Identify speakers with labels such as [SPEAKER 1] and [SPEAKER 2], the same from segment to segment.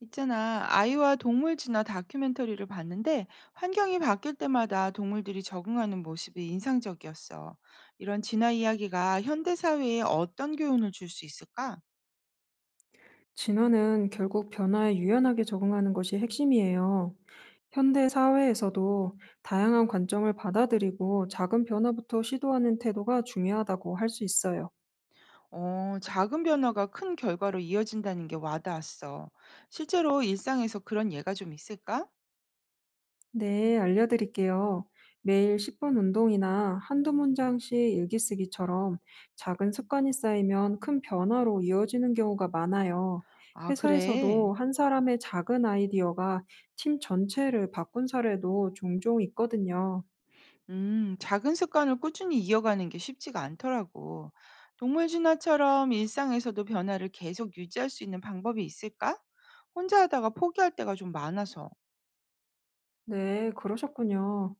[SPEAKER 1] 있잖아, 아이와 동물 진화 다큐멘터리를 봤는데 환경이 바뀔 때마다 동물들이 적응하는 모습이 인상적이었어. 이런 진화 이야기가 현대 사회에 어떤 교훈을 줄 수 있을까?
[SPEAKER 2] 진화는 결국 변화에 유연하게 적응하는 것이 핵심이에요. 현대 사회에서도 다양한 관점을 받아들이고 작은 변화부터 시도하는 태도가 중요하다고 할 수 있어요.
[SPEAKER 1] 작은 변화가 큰 결과로 이어진다는 게 와닿았어. 실제로 일상에서 그런 예가 좀 있을까?
[SPEAKER 2] 네, 알려드릴게요. 매일 10분 운동이나 한두 문장씩 일기 쓰기처럼 작은 습관이 쌓이면 큰 변화로 이어지는 경우가 많아요.
[SPEAKER 1] 아, 그래.
[SPEAKER 2] 회사에서도 한 사람의 작은 아이디어가 팀 전체를 바꾼 사례도 종종 있거든요.
[SPEAKER 1] 작은 습관을 꾸준히 이어가는 게 쉽지가 않더라고. 동물 진화처럼 일상에서도 변화를 계속 유지할 수 있는 방법이 있을까? 혼자 하다가 포기할 때가 좀 많아서.
[SPEAKER 2] 네, 그러셨군요.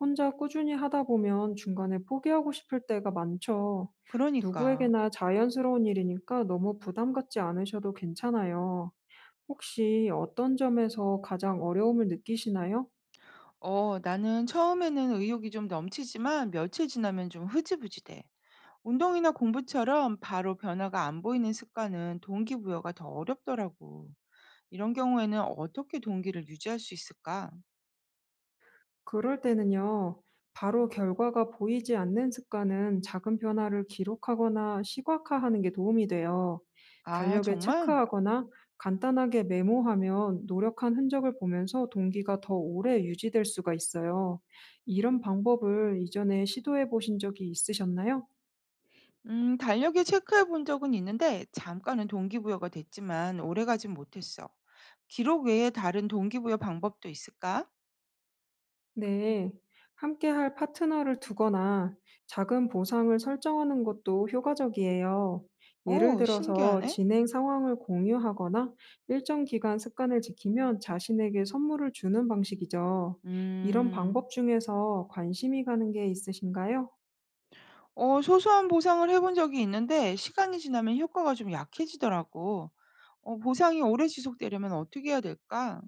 [SPEAKER 2] 혼자 꾸준히 하다 보면 중간에 포기하고 싶을 때가 많죠.
[SPEAKER 1] 그러니까.
[SPEAKER 2] 누구에게나 자연스러운 일이니까 너무 부담 갖지 않으셔도 괜찮아요. 혹시 어떤 점에서 가장 어려움을 느끼시나요?
[SPEAKER 1] 나는 처음에는 의욕이 좀 넘치지만 며칠 지나면 좀 흐지부지 돼. 운동이나 공부처럼 바로 변화가 안 보이는 습관은 동기부여가 더 어렵더라고. 이런 경우에는 어떻게 동기를 유지할 수 있을까?
[SPEAKER 2] 그럴 때는요, 바로 결과가 보이지 않는 습관은 작은 변화를 기록하거나 시각화하는 게 도움이 돼요.
[SPEAKER 1] 아,
[SPEAKER 2] 달력에
[SPEAKER 1] 정말?
[SPEAKER 2] 체크하거나 간단하게 메모하면 노력한 흔적을 보면서 동기가 더 오래 유지될 수가 있어요. 이런 방법을 이전에 시도해 보신 적이 있으셨나요?
[SPEAKER 1] 달력에 체크해 본 적은 있는데 잠깐은 동기부여가 됐지만 오래가진 못했어. 기록 외에 다른 동기부여 방법도 있을까?
[SPEAKER 2] 네, 함께할 파트너를 두거나 작은 보상을 설정하는 것도 효과적이에요. 예를
[SPEAKER 1] 오,
[SPEAKER 2] 들어서
[SPEAKER 1] 신기하네.
[SPEAKER 2] 진행 상황을 공유하거나 일정 기간 습관을 지키면 자신에게 선물을 주는 방식이죠. 이런
[SPEAKER 1] 음,
[SPEAKER 2] 방법 중에서 관심이 가는 게 있으신가요?
[SPEAKER 1] 소소한 보상을 해본 적이 있는데 시간이 지나면 효과가 좀 약해지더라고. 보상이 오래 지속되려면 어떻게 해야 될까?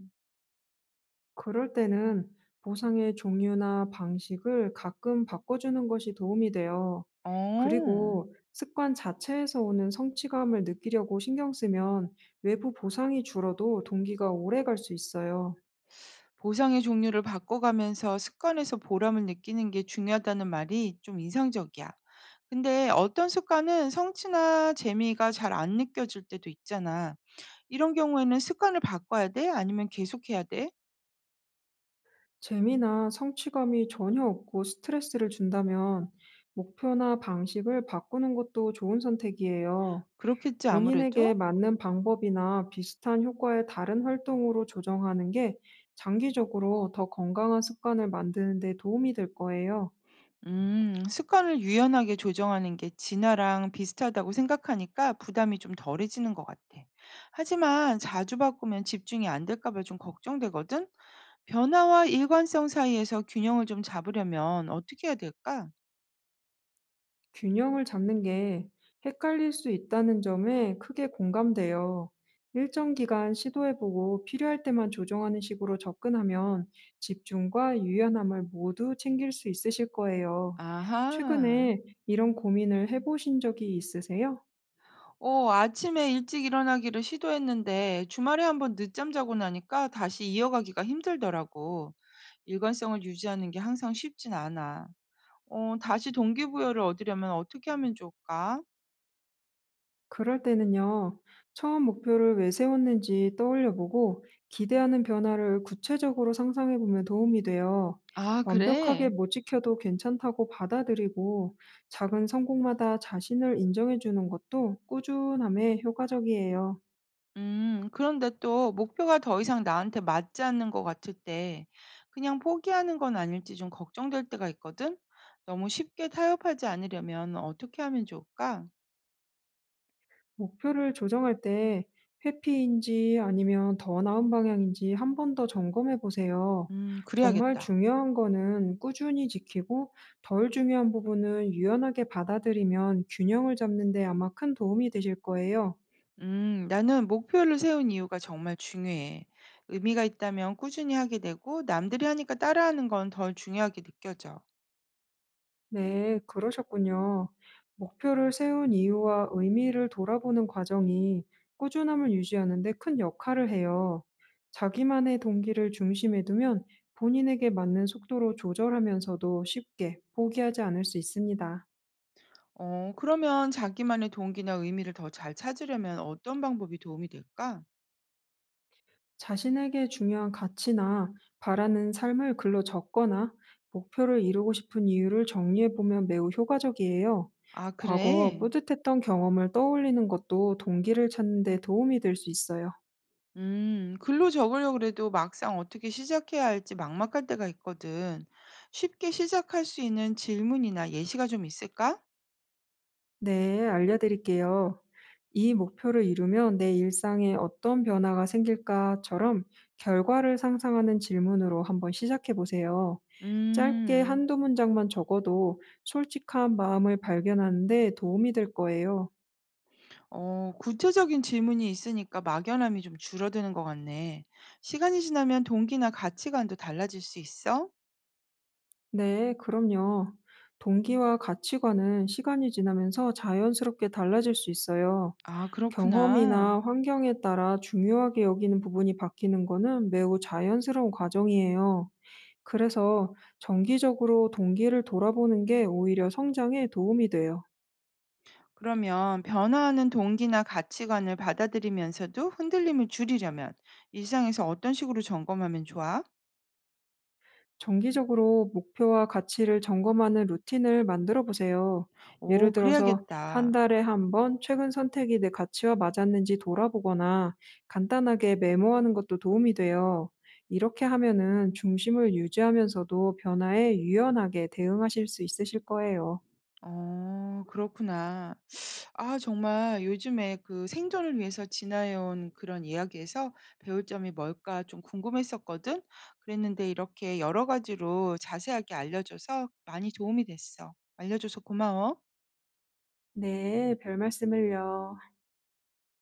[SPEAKER 2] 그럴 때는 보상의 종류나 방식을 가끔 바꿔주는 것이 도움이 돼요.
[SPEAKER 1] 어,
[SPEAKER 2] 그리고 습관 자체에서 오는 성취감을 느끼려고 신경 쓰면 외부 보상이 줄어도 동기가 오래 갈 수 있어요.
[SPEAKER 1] 보상의 종류를 바꿔가면서 습관에서 보람을 느끼는 게 중요하다는 말이 좀 인상적이야. 근데 어떤 습관은 성취나 재미가 잘 안 느껴질 때도 있잖아. 이런 경우에는 습관을 바꿔야 돼? 아니면 계속해야 돼?
[SPEAKER 2] 재미나 성취감이 전혀 없고 스트레스를 준다면 목표나 방식을 바꾸는 것도 좋은 선택이에요.
[SPEAKER 1] 그렇겠지,
[SPEAKER 2] 본인에게
[SPEAKER 1] 아무래도?
[SPEAKER 2] 맞는 방법이나 비슷한 효과의 다른 활동으로 조정하는 게 장기적으로 더 건강한 습관을 만드는 데 도움이 될 거예요.
[SPEAKER 1] 습관을 유연하게 조정하는 게 진화랑 비슷하다고 생각하니까 부담이 좀 덜해지는 것 같아. 하지만 자주 바꾸면 집중이 안 될까 봐 좀 걱정되거든? 변화와 일관성 사이에서 균형을 좀 잡으려면 어떻게 해야 될까?
[SPEAKER 2] 균형을 잡는 게 헷갈릴 수 있다는 점에 크게 공감돼요. 일정 기간 시도해보고 필요할 때만 조정하는 식으로 접근하면 집중과 유연함을 모두 챙길 수 있으실 거예요.
[SPEAKER 1] 아하.
[SPEAKER 2] 최근에 이런 고민을 해보신 적이 있으세요?
[SPEAKER 1] 아침에 일찍 일어나기를 시도했는데 주말에 한번 늦잠 자고 나니까 다시 이어가기가 힘들더라고. 일관성을 유지하는 게 항상 쉽진 않아. 다시 동기부여를 얻으려면 어떻게 하면 좋을까?
[SPEAKER 2] 그럴 때는요, 처음 목표를 왜 세웠는지 떠올려 보고 기대하는 변화를 구체적으로 상상해 보면 도움이 돼요.
[SPEAKER 1] 아,
[SPEAKER 2] 완벽하게
[SPEAKER 1] 그래?
[SPEAKER 2] 못 지켜도 괜찮다고 받아들이고 작은 성공마다 자신을 인정해 주는 것도 꾸준함에 효과적이에요.
[SPEAKER 1] 그런데 또 목표가 더 이상 나한테 맞지 않는 것 같을 때 그냥 포기하는 건 아닐지 좀 걱정될 때가 있거든? 너무 쉽게 타협하지 않으려면 어떻게 하면 좋을까?
[SPEAKER 2] 목표를 조정할 때 회피인지 아니면 더 나은 방향인지 한 번 더 점검해 보세요. 정말
[SPEAKER 1] 그래야겠다.
[SPEAKER 2] 중요한 거는 꾸준히 지키고 덜 중요한 부분은 유연하게 받아들이면 균형을 잡는 데 아마 큰 도움이 되실 거예요.
[SPEAKER 1] 나는 목표를 세운 이유가 정말 중요해. 의미가 있다면 꾸준히 하게 되고, 남들이 하니까 따라하는 건 덜 중요하게 느껴져.
[SPEAKER 2] 네, 그러셨군요. 목표를 세운 이유와 의미를 돌아보는 과정이 꾸준함을 유지하는 데 큰 역할을 해요. 자기만의 동기를 중심에 두면 본인에게 맞는 속도로 조절하면서도 쉽게 포기하지 않을 수 있습니다.
[SPEAKER 1] 그러면 자기만의 동기나 의미를 더 잘 찾으려면 어떤 방법이 도움이 될까?
[SPEAKER 2] 자신에게 중요한 가치나 바라는 삶을 글로 적거나 목표를 이루고 싶은 이유를 정리해 보면 매우 효과적이에요.
[SPEAKER 1] 아,
[SPEAKER 2] 과거
[SPEAKER 1] 그래?
[SPEAKER 2] 뿌듯했던 경험을 떠올리는 것도 동기를 찾는 데 도움이 될 수 있어요.
[SPEAKER 1] 글로 적으려고 해도 막상 어떻게 시작해야 할지 막막할 때가 있거든. 쉽게 시작할 수 있는 질문이나 예시가 좀 있을까?
[SPEAKER 2] 네, 알려드릴게요. 이 목표를 이루면 내 일상에 어떤 변화가 생길까처럼 결과를 상상하는 질문으로 한번 시작해 보세요. 짧게
[SPEAKER 1] 음.
[SPEAKER 2] 한두 문장만 적어도 솔직한 마음을 발견하는데 도움이 될 거예요.
[SPEAKER 1] 구체적인 질문이 있으니까 막연함이 좀 줄어드는 것 같네. 시간이 지나면 동기나 가치관도 달라질 수 있어?
[SPEAKER 2] 네, 그럼요. 동기와 가치관은 시간이 지나면서 자연스럽게 달라질 수 있어요.
[SPEAKER 1] 아, 그렇구나.
[SPEAKER 2] 경험이나 환경에 따라 중요하게 여기는 부분이 바뀌는 거는 매우 자연스러운 과정이에요. 그래서 정기적으로 동기를 돌아보는 게 오히려 성장에 도움이 돼요.
[SPEAKER 1] 그러면 변화하는 동기나 가치관을 받아들이면서도 흔들림을 줄이려면 일상에서 어떤 식으로 점검하면 좋아?
[SPEAKER 2] 정기적으로 목표와 가치를 점검하는 루틴을 만들어 보세요.
[SPEAKER 1] 오,
[SPEAKER 2] 예를 들어서 한
[SPEAKER 1] 그래야겠다.
[SPEAKER 2] 달에 한 번 최근 선택이 내 가치와 맞았는지 돌아보거나 간단하게 메모하는 것도 도움이 돼요. 이렇게 하면은 중심을 유지하면서도 변화에 유연하게 대응하실 수 있으실 거예요.
[SPEAKER 1] 그렇구나. 아 정말 요즘에 그 생존을 위해서 지나해 온 그런 이야기에서 배울 점이 뭘까 좀 궁금했었거든. 그랬는데 이렇게 여러 가지로 자세하게 알려줘서 많이 도움이 됐어. 알려줘서 고마워.
[SPEAKER 2] 네, 별 말씀을요.